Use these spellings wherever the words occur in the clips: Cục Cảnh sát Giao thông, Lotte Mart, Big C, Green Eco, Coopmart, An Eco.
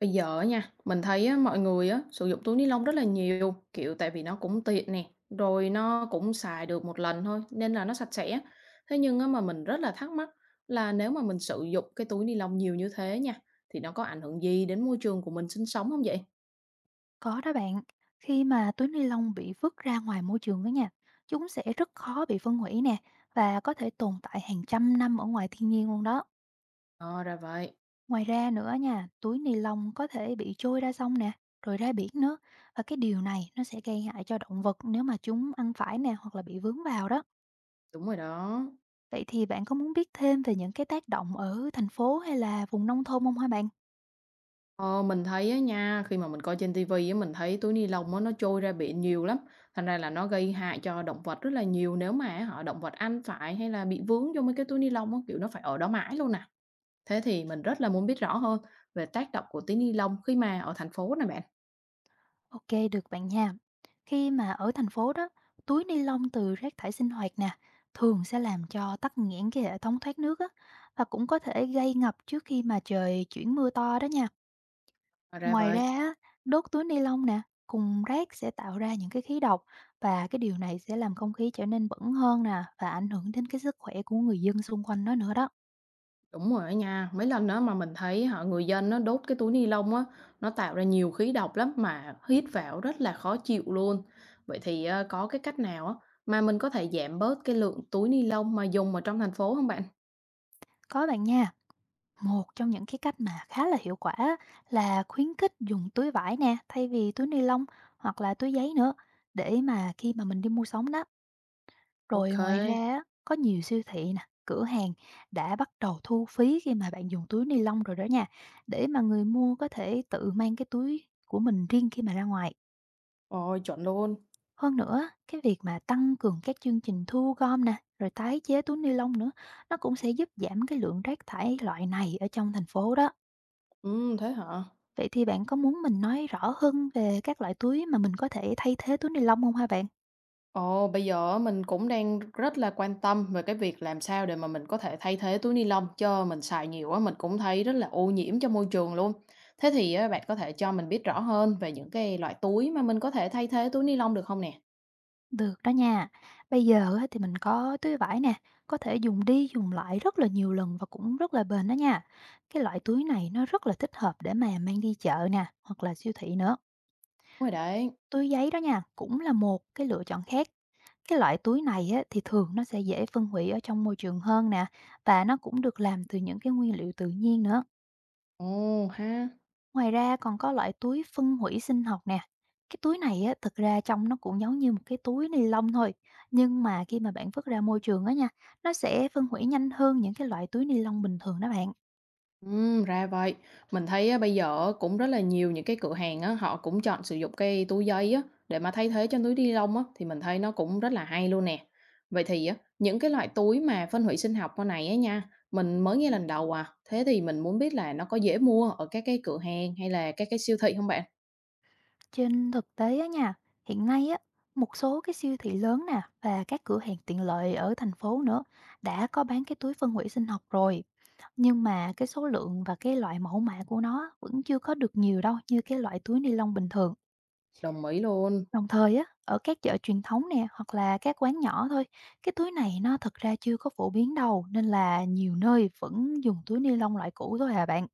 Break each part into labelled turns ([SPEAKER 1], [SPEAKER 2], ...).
[SPEAKER 1] Bây giờ á nha, mình thấy á, mọi người á, sử dụng túi ni lông rất là nhiều, kiểu tại vì nó cũng tiện nè, rồi nó cũng xài được một lần thôi, nên là nó sạch sẽ. Thế nhưng á, mà mình rất là thắc mắc là nếu mà mình sử dụng cái túi ni lông nhiều như thế nha, thì nó có ảnh hưởng gì đến môi trường của mình sinh sống không vậy?
[SPEAKER 2] Có đó bạn, khi mà túi ni lông bị vứt ra ngoài môi trường đó nha, chúng sẽ rất khó bị phân hủy nè và có thể tồn tại hàng trăm năm ở ngoài thiên nhiên luôn đó.
[SPEAKER 1] Ờ ra vậy,
[SPEAKER 2] Ngoài ra nữa nha, túi ni lông có thể bị trôi ra sông nè, rồi ra biển nữa. Và cái điều này nó sẽ gây hại cho động vật nếu mà chúng ăn phải nè hoặc là bị vướng vào đó.
[SPEAKER 1] đúng rồi đó.
[SPEAKER 2] Vậy thì bạn có muốn biết thêm về những cái tác động ở thành phố hay là vùng nông thôn không hả bạn?
[SPEAKER 1] Ờ, mình thấy á nha, khi mà mình coi trên ti vi á, mình thấy túi ni lông á, nó trôi ra biển nhiều lắm, thành ra là nó gây hại cho động vật rất là nhiều nếu mà họ động vật ăn phải hay là bị vướng vô mấy cái túi ni lông á, kiểu, nó phải ở đó mãi luôn nè. Thế thì mình rất là muốn biết rõ hơn về tác động của túi ni lông khi mà ở thành phố nè bạn.
[SPEAKER 2] Ok, được bạn nha. Khi mà ở thành phố đó, túi ni lông từ rác thải sinh hoạt nè, thường sẽ làm cho tắc nghẽn cái hệ thống thoát nước á, và cũng có thể gây ngập trước khi mà trời chuyển mưa to đó nha.
[SPEAKER 1] Ờ, ra
[SPEAKER 2] Ngoài ra,
[SPEAKER 1] vậy.
[SPEAKER 2] á, đốt túi ni lông nè, cùng rác sẽ tạo ra những cái khí độc, và cái điều này sẽ làm không khí trở nên bẩn hơn nè và ảnh hưởng đến cái sức khỏe của người dân xung quanh đó nữa đó.
[SPEAKER 1] Đúng rồi á nha, mấy lần đó mà mình thấy họ người dân nó đốt cái túi ni lông á, nó tạo ra nhiều khí độc lắm mà hít vào rất là khó chịu luôn. Vậy thì ờ, có cái cách nào á mà mình có thể giảm bớt cái lượng túi ni lông mà dùng ở trong thành phố không bạn?
[SPEAKER 2] Có bạn nha. Một trong những cái cách mà khá là hiệu quả á, là khuyến khích dùng túi vải nè thay vì túi ni lông, hoặc là túi giấy nữa, để mà khi mà mình đi mua sắm đó. Rồi
[SPEAKER 1] Ok,
[SPEAKER 2] ngoài ra á, có nhiều siêu thị nè, cửa hàng đã bắt đầu thu phí khi mà bạn dùng túi ni lông rồi đó nha, để mà người mua có thể tự mang cái túi của mình riêng khi mà ra ngoài.
[SPEAKER 1] ôi chuẩn luôn.
[SPEAKER 2] Hơn nữa, cái việc mà tăng cường các chương trình thu gom nè, rồi tái chế túi ni lông nữa, nó cũng sẽ giúp giảm cái lượng rác thải loại này ở trong thành phố đó.
[SPEAKER 1] Ừ, thế hả?
[SPEAKER 2] Vậy thì bạn có muốn mình nói rõ hơn về các loại túi mà mình có thể thay thế túi ni lông không hả bạn?
[SPEAKER 1] Ồ, bây giờ á mình cũng đang rất là quan tâm về cái việc làm sao để mà mình có thể thay thế túi ni lông cho mình xài nhiều á, mình cũng thấy rất là ô nhiễm cho môi trường luôn. Thế thì á, bạn có thể cho mình biết rõ hơn về những cái loại túi mà mình có thể thay thế túi ni lông được không nè?
[SPEAKER 2] Được đó nha. Bây giờ á thì mình có túi vải nè, có thể dùng đi dùng lại rất là nhiều lần và cũng rất là bền đó nha. Cái loại túi này nó rất là thích hợp để mà mang đi chợ nè, hoặc là siêu thị nữa.
[SPEAKER 1] Đúng rồi đấy.
[SPEAKER 2] Túi giấy đó nha, cũng là một cái lựa chọn khác. Cái loại túi này á thì thường nó sẽ dễ phân hủy ở trong môi trường hơn nè, và nó cũng được làm từ những cái nguyên liệu tự nhiên nữa.
[SPEAKER 1] Ồ ha.
[SPEAKER 2] Ngoài ra còn có loại túi phân hủy sinh học nè. Cái túi này á, thực ra trong nó cũng giống như một cái túi ni lông thôi. Nhưng mà khi mà bạn vứt ra môi trường á nha, nó sẽ phân hủy nhanh hơn những cái loại túi ni lông bình thường đó bạn.
[SPEAKER 1] Ừ ra vậy. Mình thấy á, bây giờ á, cũng rất là nhiều những cái cửa hàng á, họ cũng chọn sử dụng cái túi giấy á, để mà thay thế cho túi ni lông á, thì mình thấy nó cũng rất là hay luôn nè. Vậy thì á, những cái loại túi mà phân hủy sinh học con này á nha, mình mới nghe lần đầu à. Thế thì mình muốn biết là nó có dễ mua ở các cái cửa hàng hay là các cái siêu thị không bạn?
[SPEAKER 2] Trên thực tế á nha, hiện nay á, một số cái siêu thị lớn nè và các cửa hàng tiện lợi ở thành phố nữa đã có bán cái túi phân hủy sinh học rồi. Nhưng mà cái số lượng và cái loại mẫu mã của nó vẫn chưa có được nhiều đâu như cái loại túi ni lông bình thường.
[SPEAKER 1] Đồng ý luôn.
[SPEAKER 2] Đồng thời á, ở các chợ truyền thống nè, hoặc là các quán nhỏ thôi, cái túi này nó thật ra chưa có phổ biến đâu, nên là nhiều nơi vẫn dùng túi ni lông loại cũ thôi à bạn.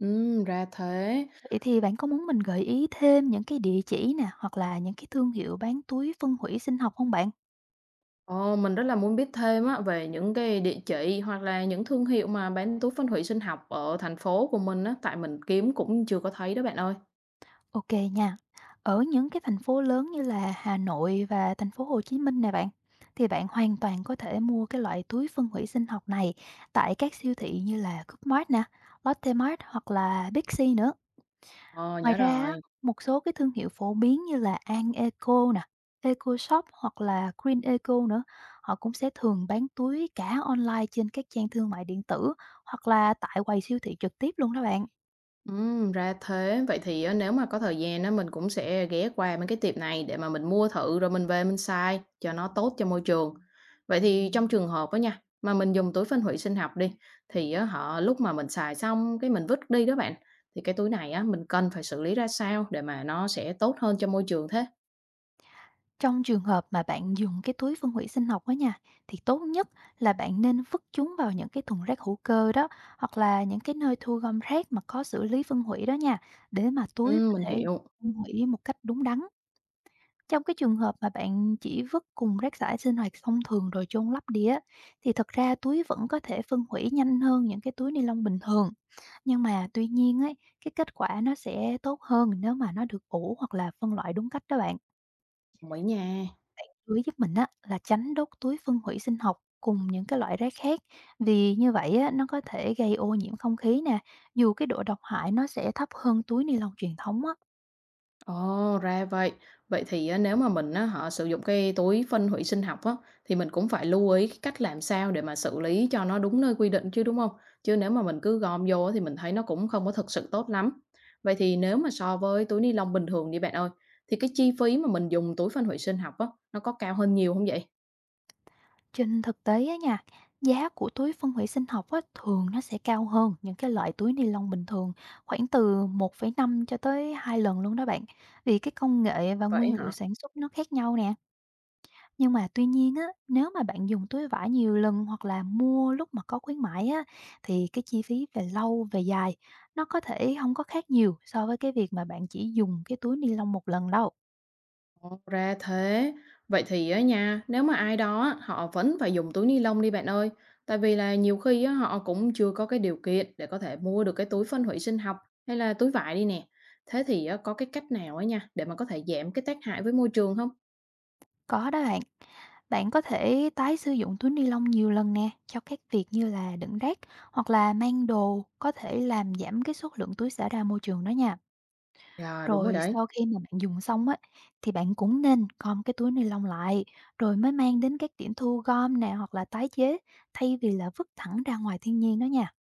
[SPEAKER 1] Ừ ra thế.
[SPEAKER 2] Vậy thì bạn có muốn mình gợi ý thêm những cái địa chỉ nè, hoặc là những cái thương hiệu bán túi phân hủy sinh học không bạn?
[SPEAKER 1] Ồ, mình rất là muốn biết thêm á về những cái địa chỉ hoặc là những thương hiệu mà bán túi phân hủy sinh học ở thành phố của mình á, tại mình kiếm cũng chưa có thấy đó bạn ơi.
[SPEAKER 2] Ok nha. Ở những cái thành phố lớn như là Hà Nội và thành phố Hồ Chí Minh nè bạn, thì bạn hoàn toàn có thể mua cái loại túi phân hủy sinh học này tại các siêu thị như là Coopmart nè, Lotte Mart hoặc là Big C nữa.
[SPEAKER 1] Ờ,
[SPEAKER 2] Ngoài
[SPEAKER 1] nhớ
[SPEAKER 2] ra á,
[SPEAKER 1] rồi.
[SPEAKER 2] một số cái thương hiệu phổ biến như là An Eco nè, eco shop hoặc là Green Eco nữa, họ cũng sẽ thường bán túi cả online trên các trang thương mại điện tử, hoặc là tại quầy siêu thị trực tiếp luôn đó bạn.
[SPEAKER 1] Ra thế. Vậy thì á, nếu mà có thời gian á, mình cũng sẽ ghé qua mấy cái tiệm này để mà mình mua thử rồi mình về mình xài cho nó tốt cho môi trường. Vậy thì trong trường hợp đó nha, mà mình dùng túi phân hủy sinh học đi, thì á, họ lúc mà mình xài xong cái mình vứt đi đó bạn, thì cái túi này á, mình cần phải xử lý ra sao để mà nó sẽ tốt hơn cho môi trường thế?
[SPEAKER 2] Trong trường hợp mà bạn dùng cái túi phân hủy sinh học đó nha, thì tốt nhất là bạn nên vứt chúng vào những cái thùng rác hữu cơ đó, hoặc là những cái nơi thu gom rác mà có xử lý phân hủy đó nha, để mà túi có
[SPEAKER 1] Mình
[SPEAKER 2] thể
[SPEAKER 1] hiểu,
[SPEAKER 2] phân hủy một cách đúng đắn. Trong cái trường hợp mà bạn chỉ vứt cùng rác thải sinh hoạt thông thường rồi chôn lấp đi á, thì thật ra túi vẫn có thể phân hủy nhanh hơn những cái túi ni lông bình thường. Nhưng mà tuy nhiên ấy, cái kết quả nó sẽ tốt hơn nếu mà nó được ủ hoặc là phân loại đúng cách đó bạn.
[SPEAKER 1] đồng ý nha.
[SPEAKER 2] Túi giúp mình á là tránh đốt túi phân hủy sinh học cùng những cái loại rác khác, vì như vậy á, nó có thể gây ô nhiễm không khí nè, dù cái độ độc hại nó sẽ thấp hơn túi ni lông truyền thống á.
[SPEAKER 1] Ồ, ra vậy. Vậy thì á, nếu mà mình á, họ sử dụng cái túi phân hủy sinh học á, thì mình cũng phải lưu ý cái cách làm sao để mà xử lý cho nó đúng nơi quy định chứ, đúng không? Chứ nếu mà mình cứ gom vô á, thì mình thấy nó cũng không có thực sự tốt lắm. Vậy thì nếu mà so với túi ni lông bình thường đi bạn ơi, thì cái chi phí mà mình dùng túi phân hủy sinh học á, nó có cao hơn nhiều không vậy?
[SPEAKER 2] Trên thực tế á nha, giá của túi phân hủy sinh học á, thường nó sẽ cao hơn những cái loại túi ni lông bình thường khoảng từ 1,5 cho tới 2 lần luôn đó bạn. Vì cái công nghệ và
[SPEAKER 1] Vậy
[SPEAKER 2] nguyên liệu
[SPEAKER 1] hả?
[SPEAKER 2] sản xuất nó khác nhau nè. Nhưng mà tuy nhiên á, nếu mà bạn dùng túi vải nhiều lần hoặc là mua lúc mà có khuyến mãi á, thì cái chi phí về lâu về dài nó có thể không có khác nhiều so với cái việc mà bạn chỉ dùng cái túi ni lông một lần đâu.
[SPEAKER 1] Ồ, ra thế. Vậy thì á nha, nếu mà ai đó á, họ vẫn phải dùng túi ni lông đi bạn ơi, tại vì là nhiều khi á, họ cũng chưa có cái điều kiện để có thể mua được cái túi phân hủy sinh học hay là túi vải đi nè. Thế thì á, có cái cách nào á nha để mà có thể giảm cái tác hại với môi trường không?
[SPEAKER 2] Có đó bạn. Bạn có thể tái sử dụng túi ni lông nhiều lần nè cho các việc như là đựng rác hoặc là mang đồ, có thể làm giảm cái số lượng túi xả ra môi trường đó nha.
[SPEAKER 1] Dạ đúng rồi
[SPEAKER 2] Rồi
[SPEAKER 1] đấy.
[SPEAKER 2] sau khi mà bạn dùng xong á thì bạn cũng nên gom cái túi ni lông lại rồi mới mang đến các điểm thu gom nè hoặc là tái chế, thay vì là vứt thẳng ra ngoài thiên nhiên đó nha.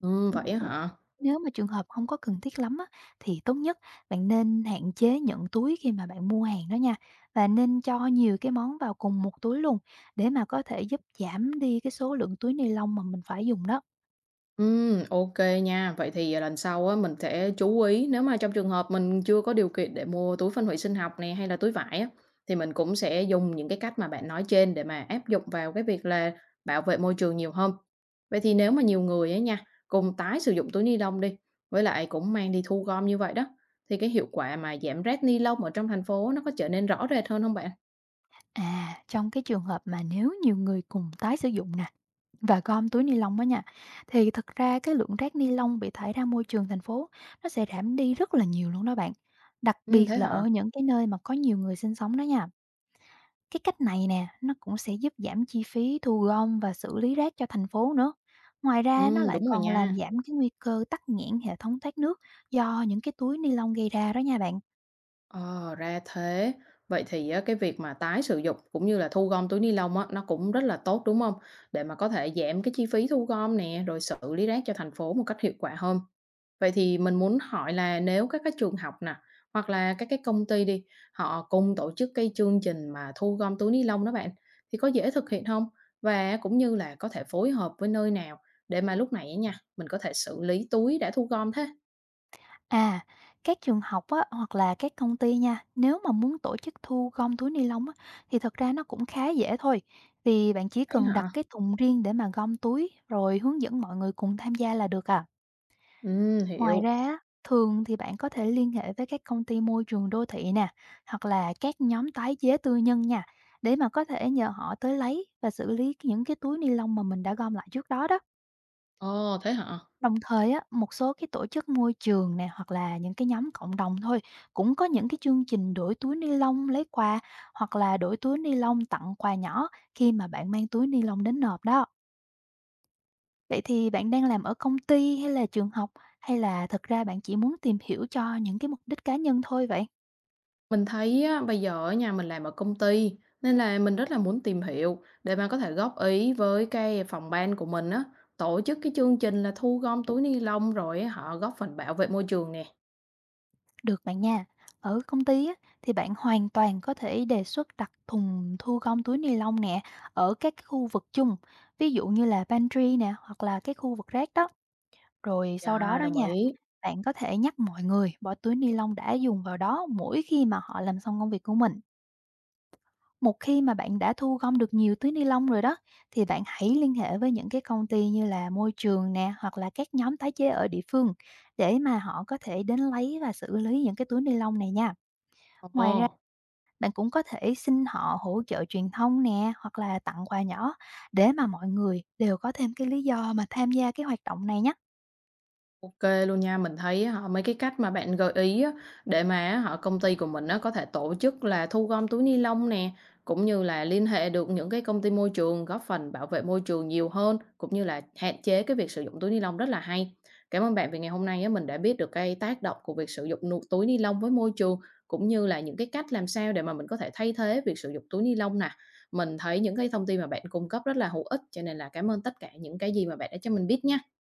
[SPEAKER 1] Ừ, vậy á hả?
[SPEAKER 2] Nếu mà trường hợp không có cần thiết lắm á, thì tốt nhất bạn nên hạn chế nhận túi khi mà bạn mua hàng đó nha, và nên cho nhiều cái món vào cùng một túi luôn, để mà có thể giúp giảm đi cái số lượng túi ni lông mà mình phải dùng đó.
[SPEAKER 1] Ok nha. Vậy thì, à, lần sau á mình sẽ chú ý, nếu mà trong trường hợp mình chưa có điều kiện để mua túi phân hủy sinh học này hay là túi vải á, thì mình cũng sẽ dùng những cái cách mà bạn nói trên để mà áp dụng vào cái việc là bảo vệ môi trường nhiều hơn. Vậy thì nếu mà nhiều người ấy nha, cùng tái sử dụng túi ni lông đi, với lại cũng mang đi thu gom như vậy đó, thì cái hiệu quả mà giảm rác ni lông ở trong thành phố nó có trở nên rõ rệt hơn không bạn?
[SPEAKER 2] À, trong cái trường hợp mà nếu nhiều người cùng tái sử dụng nè và gom túi ni lông đó nha, thì thực ra cái lượng rác ni lông bị thải ra môi trường thành phố nó sẽ giảm đi rất là nhiều luôn đó bạn, đặc biệt
[SPEAKER 1] Thế
[SPEAKER 2] là
[SPEAKER 1] hả?
[SPEAKER 2] ở những cái nơi mà có nhiều người sinh sống đó nha. Cái cách này nè, nó cũng sẽ giúp giảm chi phí thu gom và xử lý rác cho thành phố nữa. Ngoài ra nó lại
[SPEAKER 1] Đúng rồi
[SPEAKER 2] còn làm
[SPEAKER 1] nha.
[SPEAKER 2] giảm cái nguy cơ tắc nghẽn hệ thống thoát nước do những cái túi ni lông gây ra đó nha bạn.
[SPEAKER 1] Ờ, ra thế. Vậy thì á, cái việc mà tái sử dụng cũng như là thu gom túi ni lông á, nó cũng rất là tốt đúng không? Để mà có thể giảm cái chi phí thu gom nè, rồi xử lý rác cho thành phố một cách hiệu quả hơn. Vậy thì mình muốn hỏi là nếu các cái trường học nè, hoặc là các cái công ty đi, họ cùng tổ chức cái chương trình mà thu gom túi ni lông đó bạn, thì có dễ thực hiện không? Và cũng như là có thể phối hợp với nơi nào để mà lúc này á nha, mình có thể xử lý túi đã thu gom thế.
[SPEAKER 2] À, các trường học á, hoặc là các công ty nha, nếu mà muốn tổ chức thu gom túi ni lông á, thì thật ra nó cũng khá dễ thôi. Vì bạn chỉ
[SPEAKER 1] Vậy
[SPEAKER 2] cần đặt
[SPEAKER 1] hả?
[SPEAKER 2] cái thùng riêng để mà gom túi rồi hướng dẫn mọi người cùng tham gia là được à.
[SPEAKER 1] Ừ,
[SPEAKER 2] Ngoài
[SPEAKER 1] hiểu.
[SPEAKER 2] ra á, thường thì bạn có thể liên hệ với các công ty môi trường đô thị nè, hoặc là các nhóm tái chế tư nhân nha, để mà có thể nhờ họ tới lấy và xử lý những cái túi ni lông mà mình đã gom lại trước đó đó.
[SPEAKER 1] Ồ, thế hả?
[SPEAKER 2] Đồng thời á, một số cái tổ chức môi trường nè hoặc là những cái nhóm cộng đồng thôi cũng có những cái chương trình đổi túi ni lông lấy quà, hoặc là đổi túi ni lông tặng quà nhỏ khi mà bạn mang túi ni lông đến nộp đó. Vậy thì bạn đang làm ở công ty hay là trường học, hay là thật ra bạn chỉ muốn tìm hiểu cho những cái mục đích cá nhân thôi vậy?
[SPEAKER 1] Mình thấy á, bây giờ ở nhà mình làm ở công ty nên là mình rất là muốn tìm hiểu để mà có thể góp ý với cái phòng ban của mình á, tổ chức cái chương trình là thu gom túi ni lông rồi á, họ góp phần bảo vệ môi trường nè.
[SPEAKER 2] Được bạn nha. Ở công ty á, thì bạn hoàn toàn có thể đề xuất đặt thùng thu gom túi ni lông nè ở các cái khu vực chung, ví dụ như là pantry nè hoặc là cái khu vực rác đó. Rồi sau đó
[SPEAKER 1] Dạ,
[SPEAKER 2] đó
[SPEAKER 1] đồng
[SPEAKER 2] nha,
[SPEAKER 1] ý.
[SPEAKER 2] bạn có thể nhắc mọi người bỏ túi ni lông đã dùng vào đó mỗi khi mà họ làm xong công việc của mình. Một khi mà bạn đã thu gom được nhiều túi ni lông rồi đó, thì bạn hãy liên hệ với những cái công ty như là môi trường nè, hoặc là các nhóm tái chế ở địa phương, để mà họ có thể đến lấy và xử lý những cái túi ni lông này nha.
[SPEAKER 1] Ồ.
[SPEAKER 2] Ngoài ra, bạn cũng có thể xin họ hỗ trợ truyền thông nè, hoặc là tặng quà nhỏ, để mà mọi người đều có thêm cái lý do mà tham gia cái hoạt động này nhé.
[SPEAKER 1] OK luôn nha, mình thấy họ mấy cái cách mà bạn gợi ý á, để mà họ công ty của mình á có thể tổ chức là thu gom túi ni lông nè, cũng như là liên hệ được những cái công ty môi trường góp phần bảo vệ môi trường nhiều hơn, cũng như là hạn chế cái việc sử dụng túi ni lông rất là hay. Cảm ơn bạn vì ngày hôm nay á, mình đã biết được cái tác động của việc sử dụng nụ túi ni lông với môi trường, cũng như là những cái cách làm sao để mà mình có thể thay thế việc sử dụng túi ni lông nè. Mình thấy những cái thông tin mà bạn cung cấp rất là hữu ích, cho nên là cảm ơn tất cả những cái gì mà bạn đã cho mình biết nha.